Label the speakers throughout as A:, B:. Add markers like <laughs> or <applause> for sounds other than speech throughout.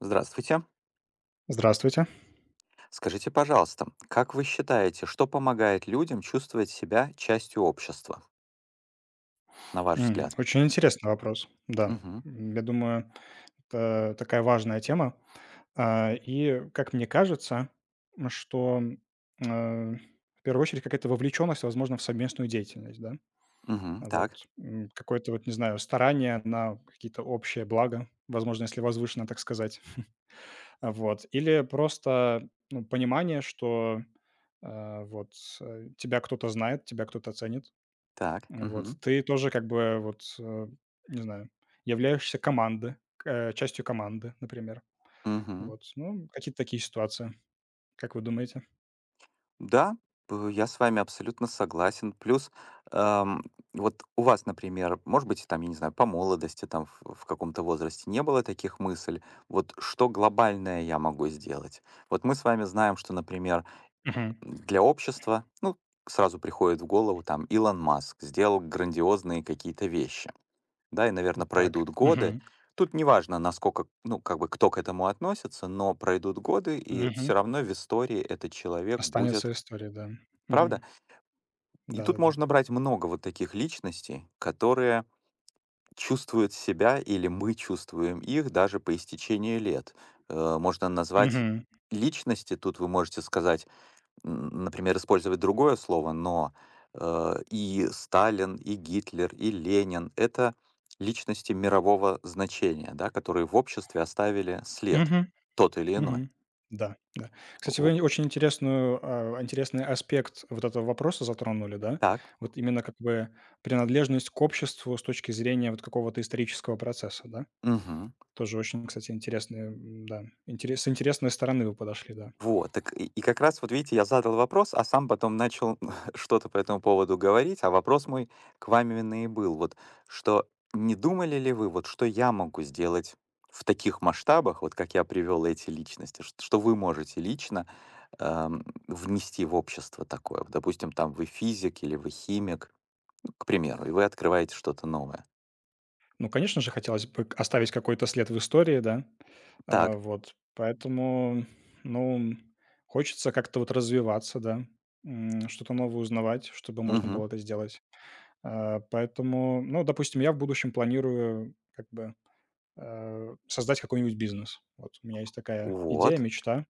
A: Здравствуйте.
B: Здравствуйте.
A: Скажите, пожалуйста, как вы считаете, что помогает людям чувствовать себя частью общества, на ваш взгляд?
B: Очень интересный вопрос. Да,
A: Мгм.
B: Я думаю, это такая важная тема. И, как мне кажется, что э, в первую очередь какая-то вовлеченность, возможно, в совместную деятельность, да?
A: Мгм. Так.
B: Вот какое-то, вот не знаю, старание на какие-то общие блага, возможно, если возвышенно так сказать. Вот. Или просто ну, понимание, что вот тебя кто-то знает, тебя кто-то ценит.
A: Так.
B: Вот.
A: Мгм.
B: Ты тоже как бы вот, не знаю, являешься команды частью команды, например.
A: Мгм.
B: Вот. Ну, какие-то такие ситуации. Как вы думаете?
A: Да, я с вами абсолютно согласен. Плюс, эм, вот у вас, например, может быть, там, я не знаю, по молодости, там, в каком-то возрасте не было таких мыслей. Вот что глобальное я могу сделать? Вот мы с вами знаем, что, например,
B: Мгм.
A: для общества, ну, сразу приходит в голову там Илон Маск сделал грандиозные какие-то вещи, да, и, наверное,
B: Так.
A: пройдут годы.
B: Мгм.
A: Тут неважно, насколько, ну, как бы кто к этому относится, но пройдут годы, и
B: Мгм.
A: все равно в истории этот человек будет,
B: Останется история, да.
A: правда?
B: Мгм.
A: И тут
B: Да-да-да.
A: можно брать много вот таких личностей, которые чувствуют себя или мы чувствуем их даже по истечении лет. Можно назвать
B: Мгм.
A: личности, тут вы можете сказать, например, использовать другое слово, но и Сталин, и Гитлер, и Ленин — это личности мирового значения, да, которые в обществе оставили след,
B: Мгм.
A: тот или иной.
B: Мгм. Да, да. Кстати,
A: Во-
B: вы очень интересный аспект вот этого вопроса затронули, да?
A: Так.
B: Вот именно как бы принадлежность к обществу с точки зрения вот какого-то исторического процесса, да?
A: Мгм.
B: Тоже очень, кстати, интересные, да, интерес с интересной стороны вы подошли, да.
A: Вот, так и как раз вот видите, я задал вопрос, а сам потом начал <laughs> что-то по этому поводу говорить, а вопрос мой к вам именно и был, вот что не думали ли вы, вот что я могу сделать в таких масштабах, вот как я привел эти личности, что вы можете лично внести в общество такое. Вот, допустим, там вы физик или вы химик, ну, к примеру, и вы открываете что-то новое.
B: Ну, конечно же, хотелось бы к оставить какой-то след в истории, да.
A: Так,
B: Вот, поэтому, ну, хочется как-то вот развиваться, да, что-то новое узнавать, чтобы можно было
A: мгм.
B: это сделать. Поэтому, ну, допустим, я в будущем планирую как бы создать какой-нибудь бизнес. Вот у меня есть такая идея,
A: Вот,
B: мечта.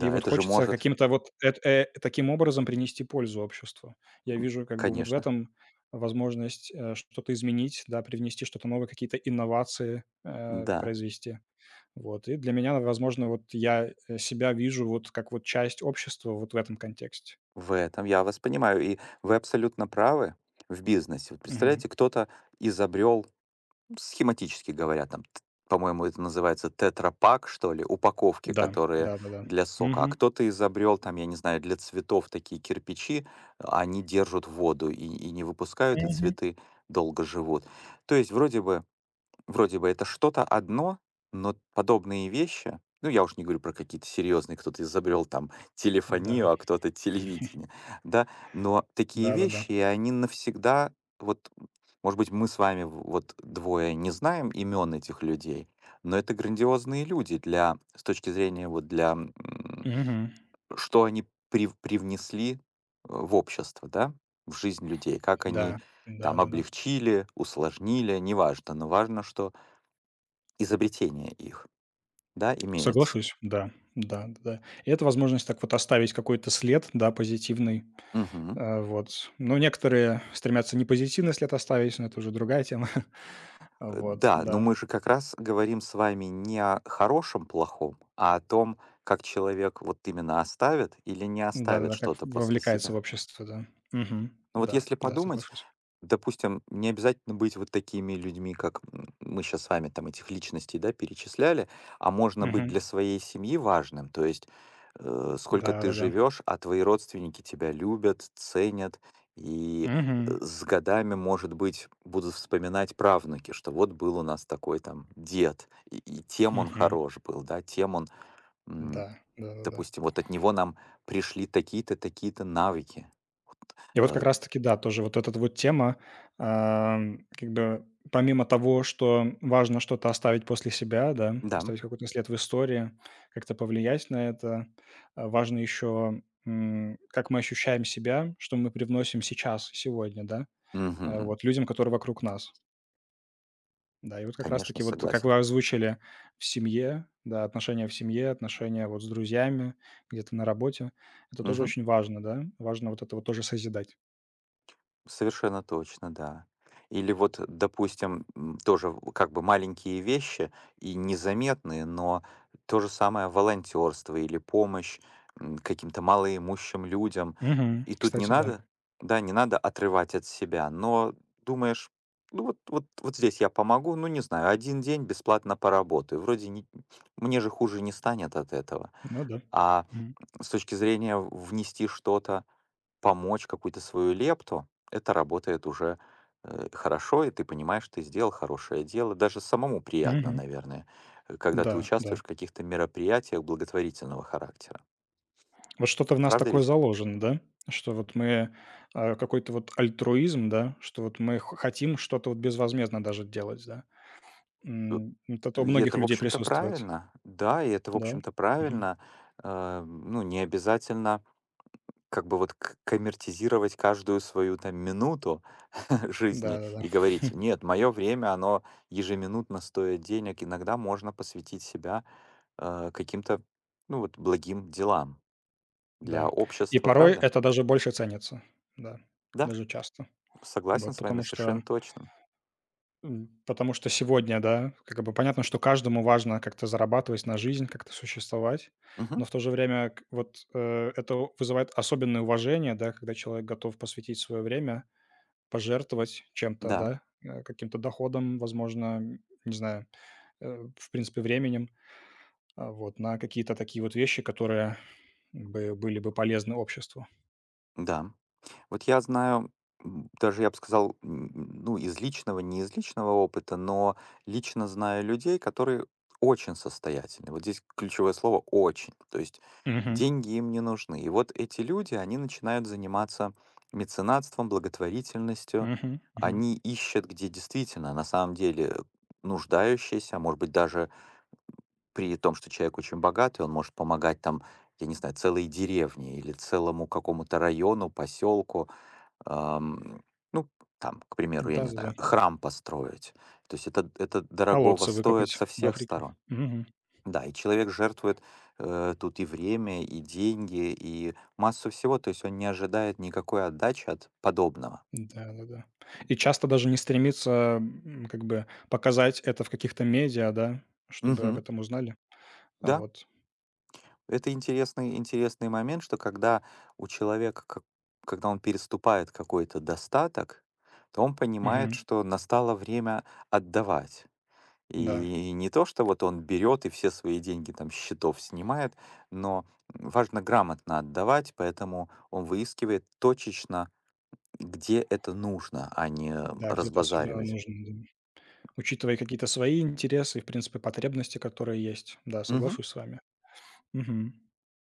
B: И вот
A: это же
B: хочется
A: может,
B: каким-то вот таким образом принести пользу обществу. Я вижу как бы вот в
A: конечно,
B: этом возможность, что-то изменить, да, привнести что-то новое, какие-то инновации,
A: да.
B: произвести. Вот, и для меня, возможно, вот я, себя вижу вот как вот часть общества вот в этом контексте.
A: В этом я вас понимаю, и вы абсолютно правы в бизнесе. Вот
B: Мгм.
A: представляете, кто-то изобрел, ну, схематически говоря, там, по-моему, это называется тетрапак, что ли, упаковки,
B: Да,
A: которые
B: да-да-да.
A: для сока, а
B: Мгм.
A: кто-то изобрел, там, я не знаю, для цветов такие кирпичи, а они держат воду и не выпускают, и
B: Мгм.
A: цветы долго живут. То есть вроде бы это что-то одно, но подобные вещи, ну, я уж не говорю про какие-то серьезные, кто-то изобрел там
B: Да.
A: телефонию, а кто-то телевидение, да, но такие
B: Да-да-да.
A: вещи, и они навсегда, вот, может быть, мы с вами вот двое не знаем имен этих людей, но это грандиозные люди для, с точки зрения вот для,
B: Мгм.
A: что они привнесли в общество, да, в жизнь людей, как они
B: Да.
A: там
B: Да-да-да.
A: облегчили, усложнили, неважно, но важно, что изобретение их, да, имеются.
B: Соглашусь, да, да, да. И это возможность так вот оставить какой-то след, да, позитивный,
A: Мгм.
B: вот. Но некоторые стремятся не позитивный след оставить, но это уже другая тема. <laughs> Вот,
A: Да, но
B: да.
A: мы же как раз говорим с вами не о хорошем плохом, а о том, как человек вот именно оставит или не оставит
B: Да-да-да, как
A: что-то после
B: вовлекается в
A: себя.
B: общество, да. Мгм.
A: Ну вот
B: Да,
A: если
B: да,
A: подумать,
B: соглашусь.
A: допустим, не обязательно быть вот такими людьми, как мы сейчас с вами там этих личностей, да, перечисляли, а можно быть
B: Мгм.
A: для своей семьи важным. То есть сколько ты
B: Да-да-да.
A: живешь, а твои родственники тебя любят, ценят, и
B: Мгм.
A: с годами, может быть, будут вспоминать правнуки, что вот был у нас такой там дед, и тем он
B: Мгм.
A: хорош был, да, тем он, м,
B: Да, да-да-да.
A: допустим, вот от него нам пришли такие-то, такие-то навыки.
B: И вот как
A: Э,
B: раз-таки, да, тоже вот эта вот тема, как бы помимо того, что важно что-то оставить после себя, да,
A: да.
B: оставить какой-то след в истории, как-то повлиять на это, важно еще, как мы ощущаем себя, что мы привносим сейчас, сегодня, да,
A: Мгм.
B: вот людям, которые вокруг нас. Да, и вот как
A: Конечно,
B: раз-таки вот, как
A: согласен.
B: вы озвучили, в семье, да, отношения в семье, отношения вот с друзьями, где-то на работе. Это тоже
A: Мгм.
B: очень важно, да, важно вот это вот тоже созидать.
A: Совершенно точно, да. Или вот, допустим, тоже как бы маленькие вещи и незаметные, но то же самое волонтерство или помощь каким-то малоимущим людям.
B: Мгм.
A: И тут не
B: Кстати, да.
A: надо, да, не надо отрывать от себя, но думаешь, ну вот здесь я помогу, ну не знаю, один день бесплатно поработаю. Вроде мне же хуже не станет от этого.
B: Ну да.
A: А
B: Мгм.
A: с точки зрения внести что-то помочь какую-то свою лепту, это работает уже хорошо, и ты понимаешь, ты сделал хорошее дело. Даже самому приятно,
B: Мгм.
A: наверное, когда ты
B: Да, да.
A: участвуешь в каких-то мероприятиях благотворительного характера.
B: Вот что-то в нас
A: Правда
B: такое
A: ведь?
B: заложено, да? Что вот мы, какой-то вот альтруизм, да, что вот мы х хотим что-то вот безвозмездно даже делать, да.
A: Э,
B: Вот это у
A: И
B: многих
A: это, в
B: людей
A: общем-то,
B: присутствует.
A: правильно. Да, и это, в
B: Да.
A: общем-то,
B: Мгм.
A: правильно. Ну, не обязательно как бы вот коммертизировать каждую свою там минуту <laughs> жизни
B: Да-да-да. Да.
A: и говорить, нет, мое время, оно ежеминутно стоит денег, иногда можно посвятить себя каким-то, ну вот, благим делам
B: Да,
A: для
B: да. И
A: общества,
B: порой
A: правда?
B: это даже больше ценится. Да.
A: Да,
B: Даже часто.
A: согласен
B: Вот,
A: с вами совершенно точно.
B: Потому что сегодня, да, как бы понятно, что каждому важно как-то зарабатывать на жизнь, как-то существовать, но
A: Мгм.
B: в то же время к вот, это о вызывает особенное уважение, да, когда человек готов посвятить свое время, пожертвовать чем-то,
A: Да,
B: да, каким-то доходом, возможно, не знаю, в принципе, временем, вот, на какие-то такие вот вещи, которые бы были бы полезны обществу.
A: да. Вот я знаю, даже я бы сказал, ну, из личного, не из личного опыта, но лично знаю людей, которые очень состоятельны. Вот здесь ключевое слово «очень». То есть
B: Мгм.
A: деньги им не нужны. И вот эти люди, они начинают заниматься меценатством, благотворительностью.
B: Мгм. Мгм.
A: Они ищут, где действительно, на самом деле, нуждающиеся, а может быть, даже при том, что человек очень богатый, он может помогать там, я не знаю, целой деревне или целому какому-то району, поселку, ам, ну, там, к примеру, я не
B: Да-да-да.
A: знаю, храм построить. То есть это дорогого
B: Колодцы
A: стоит
B: выкопать
A: со
B: в
A: всех
B: Африке.
A: сторон.
B: Мгм.
A: Да, и человек жертвует тут и время, и деньги, и массу всего. То есть он не ожидает никакой отдачи от подобного.
B: Да-да-да. И часто даже не стремится, как бы показать это в каких-то медиа, да, чтобы об
A: Мгм.
B: этом узнали.
A: Да,
B: Вот.
A: это интересный, интересный момент, что когда у человека, когда он переступает какой-то достаток, то он понимает,
B: Мгм.
A: что настало время отдавать.
B: Да,
A: И не то, что вот он берет и все свои деньги там с счетов снимает, но важно грамотно отдавать, поэтому он выискивает точечно, где это нужно, а не
B: да, где-то особенно
A: разбазаривать.
B: нужно, да. Учитывая какие-то свои интересы и, в принципе, потребности, которые есть. Да,
A: Мгм.
B: соглашусь с вами. Мгм.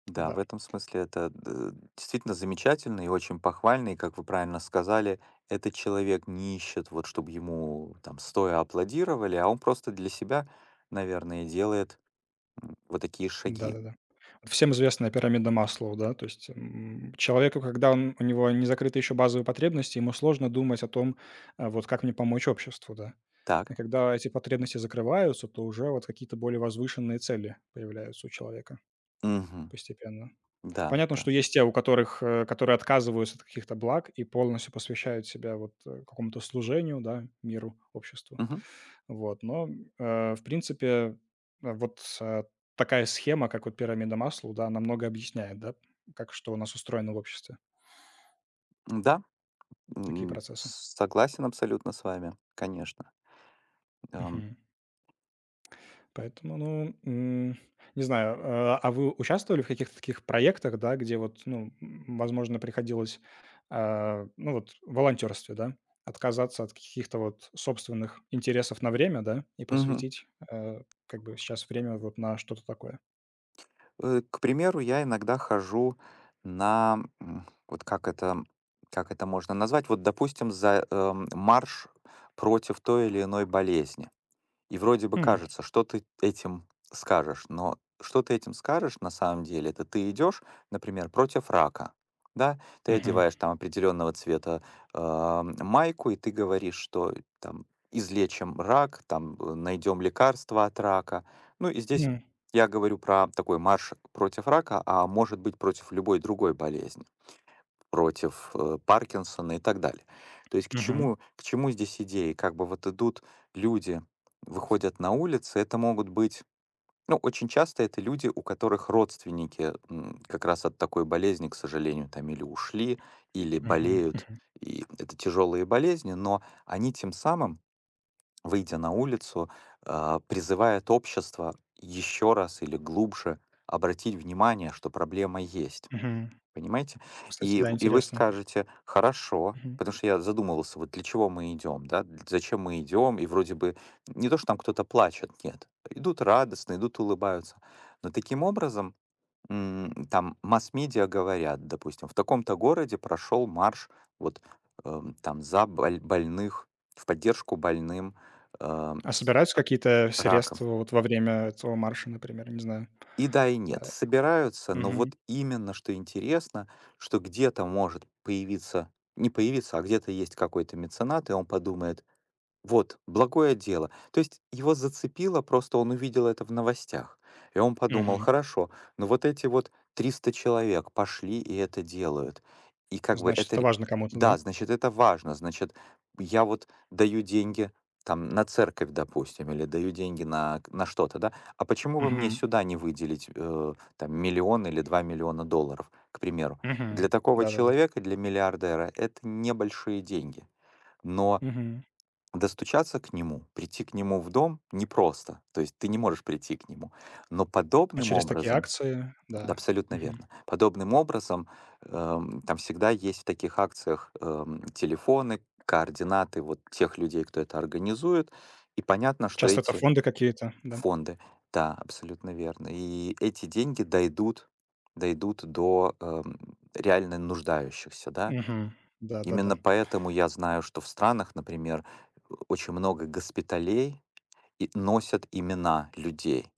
A: Да,
B: Да.
A: в этом смысле это действительно замечательно и очень похвально, и, как вы правильно сказали, этот человек не ищет, вот чтобы ему там стоя аплодировали, а он просто для себя, наверное, делает вот такие шаги.
B: Да-да-да. Вот всем известная пирамида Маслоу, да, то есть, человеку, когда он у него не закрыты еще базовые потребности, ему сложно думать о том, вот как мне помочь обществу, да. И
A: Так.
B: когда эти потребности закрываются, то уже вот какие-то более возвышенные цели появляются у человека
A: Мгм.
B: постепенно.
A: Да,
B: Понятно,
A: да.
B: что есть те, у которых, которые отказываются от каких-то благ и полностью посвящают себя вот, какому-то служению, да, миру, обществу.
A: Мгм.
B: Вот, но, в принципе, вот, такая схема, как вот пирамида Маслоу, да, намного объясняет, да, как что у нас устроено в обществе,
A: Да,
B: такие процессы.
A: Согласен абсолютно с вами, конечно. Ам,
B: Мгм. Поэтому, ну, не знаю, а вы участвовали в каких-то таких проектах, да, где вот, ну, возможно, приходилось, ну, вот в волонтерстве, да, отказаться от каких-то вот собственных интересов на время, да, и
A: мгм.
B: посвятить, как бы сейчас время вот на что-то такое?
A: К примеру, я иногда хожу на, вот как это можно назвать? Вот, допустим, марш против той или иной болезни. И вроде бы
B: М,
A: кажется, что ты этим скажешь, но что ты этим скажешь на самом деле, это ты идешь, например, против рака, да, ты
B: мгм,
A: одеваешь там определенного цвета майку, и ты говоришь, что там излечим рак, там найдем лекарство от рака. Ну и здесь
B: м,
A: я говорю про такой марш против рака, а может быть против любой другой болезни против, Паркинсона и так далее. То есть к
B: мгм.
A: чему, к чему здесь идеи? Как бы вот идут люди, выходят на улицы, это могут быть, ну, очень часто это люди, у которых родственники как раз от такой болезни, к сожалению, там или ушли, или
B: Мгм,
A: болеют,
B: мгм,
A: и это тяжелые болезни, но они тем самым, выйдя на улицу, призывают общество еще раз или глубже обратить внимание, что проблема есть.
B: мгм.
A: Понимаете?
B: Кстати,
A: И
B: да,
A: и вы
B: интересно.
A: скажете: «Хорошо».
B: Мгм.
A: Потому что я задумывался, вот для чего мы идем, да, д зачем мы идем. И вроде бы не то, что там кто-то плачет, нет. Идут радостно, идут улыбаются. Но таким образом, там масс-медиа говорят, допустим, в таком-то городе прошел марш вот, там за больных, в поддержку больным, эм,
B: А собираются какие-то
A: раком.
B: средства вот во время этого марша, например, не знаю?
A: И да, и нет.
B: А,
A: Собираются, но
B: Мгм,
A: вот именно что интересно, что где-то может появиться, не появиться, а где-то есть какой-то меценат, и он подумает, вот, благое дело. То есть его зацепило, просто он увидел это в новостях. И он подумал,
B: мгм.
A: хорошо, но вот эти вот 300 человек пошли и это делают. И как бы
B: Значит,
A: это...
B: это
A: ре-
B: важно кому-то,
A: Да,
B: да?
A: значит, это важно. Значит, я вот даю деньги там на церковь, допустим, или даю деньги на что-то, да? А почему бы мне
B: Мгм,
A: сюда не выделить там миллион или два миллиона долларов, к примеру? Для
B: мгм.
A: такого
B: Да-да-да.
A: человека, для миллиардера, это небольшие деньги. Но
B: Мгм.
A: достучаться к нему, прийти к нему в дом непросто, то есть ты не можешь прийти к нему, но
B: А
A: подобным
B: через такие
A: образом,
B: акции,
A: да,
B: да.
A: абсолютно
B: Мгм.
A: верно, подобным образом там всегда есть в таких акциях телефоны, координаты вот тех людей, кто это организует, и понятно, что
B: Часто это
A: эти
B: фонды какие-то, да?
A: фонды, да, абсолютно верно, и эти деньги дойдут, дойдут до реально нуждающихся, да.
B: Мгм. Да-да-да.
A: Именно поэтому я знаю, что в странах, например, очень много госпиталей и носят имена людей.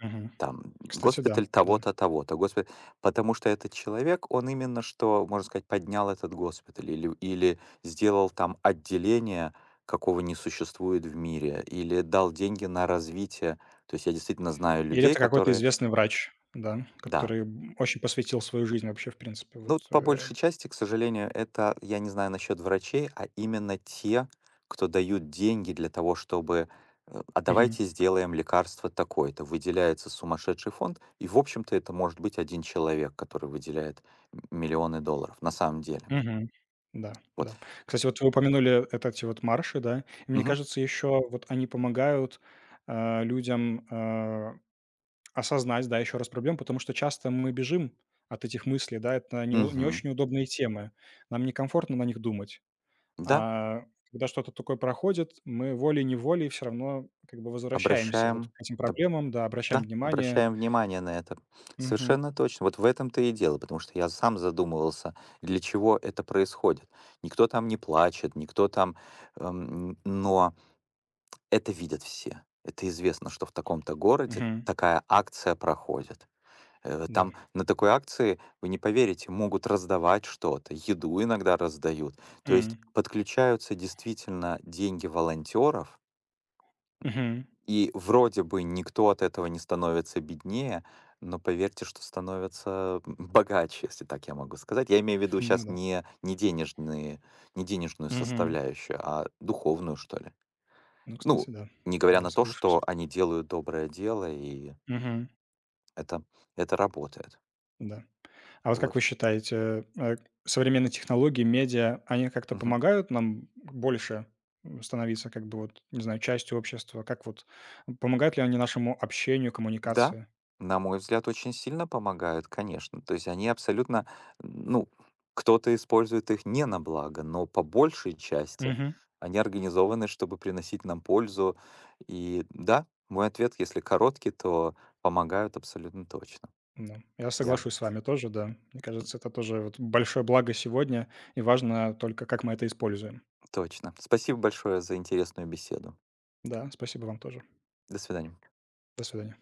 B: Мгм.
A: Там
B: Кстати, да,
A: госпиталь
B: да.
A: того-то, того-то, госпиталь. Потому что этот человек, он именно что, можно сказать, поднял этот госпиталь или сделал там отделение, какого не существует в мире, или дал деньги на развитие. То есть я действительно знаю
B: Или
A: людей,
B: это какой-то
A: которые...
B: известный врач, да,
A: Да,
B: который, очень посвятил свою жизнь вообще, в принципе,
A: ну,
B: вот,
A: вот по
B: э.
A: большей части, к сожалению, это, я не знаю насчет врачей, а именно те, кто дают деньги для того, чтобы а
B: Мгм.
A: давайте сделаем лекарство такое-то. Выделяется сумасшедший фонд, и, в общем-то, это может быть один человек, который выделяет миллионы долларов на самом деле.
B: Мгм. Да,
A: Вот.
B: да. Кстати, вот вы упомянули эти вот марши, да. И мне
A: Мгм.
B: кажется, еще вот они помогают, людям, осознать, да, еще раз проблему, потому что часто мы бежим от этих мыслей, да, это не
A: Мгм.
B: очень удобные темы, нам некомфортно на них думать.
A: Да,
B: А когда что-то такое проходит, мы волей-неволей все равно как бы возвращаемся вот
A: обращаем
B: к этим
A: да,
B: проблемам, да, обращаем
A: Да,
B: внимание.
A: обращаем внимание на это.
B: Мгм,
A: Совершенно точно. Вот в этом-то и дело, потому что я сам задумывался, для чего это происходит. Никто там не плачет, никто там... но это видят все. Это известно, что в таком-то городе
B: мгм,
A: такая акция проходит.
B: да.
A: Там на такой акции, вы не поверите, могут раздавать что-то, еду иногда раздают. То есть
B: М,
A: подключаются действительно деньги волонтеров,
B: мгм.
A: и вроде бы никто от этого не становится беднее, но поверьте, что становятся <laughs> богаче, если так я могу сказать. Я имею в
B: <laughs>
A: виду
B: Ну
A: сейчас
B: да.
A: не денежные не денежную
B: Мгм.
A: составляющую, а духовную, что ли.
B: Ну, кстати,
A: Ну,
B: да.
A: не говоря
B: Да,
A: на то,
B: соглашусь.
A: что они делают доброе дело, и
B: Мгм.
A: это это работает.
B: Да. А вот как
A: Вот.
B: вы считаете, современные технологии, медиа, они как-то
A: Мгм.
B: помогают нам больше, становиться как бы вот, не знаю, частью общества? Как вот помогают ли они нашему общению,
A: Да,
B: коммуникации?
A: на мой взгляд, очень сильно помогают, конечно. То есть они абсолютно, ну, кто-то использует их не на благо, но по большей части
B: Мгм.
A: они организованы, чтобы приносить нам пользу. И да, мой ответ, если короткий, то помогают абсолютно точно.
B: Да, я
A: Я б-
B: соглашусь с вами тоже, да. Мне кажется, это тоже вот большое благо сегодня, и важно только, как мы это используем.
A: точно. Спасибо большое за интересную беседу.
B: Да, спасибо вам тоже.
A: До свидания.
B: До свидания.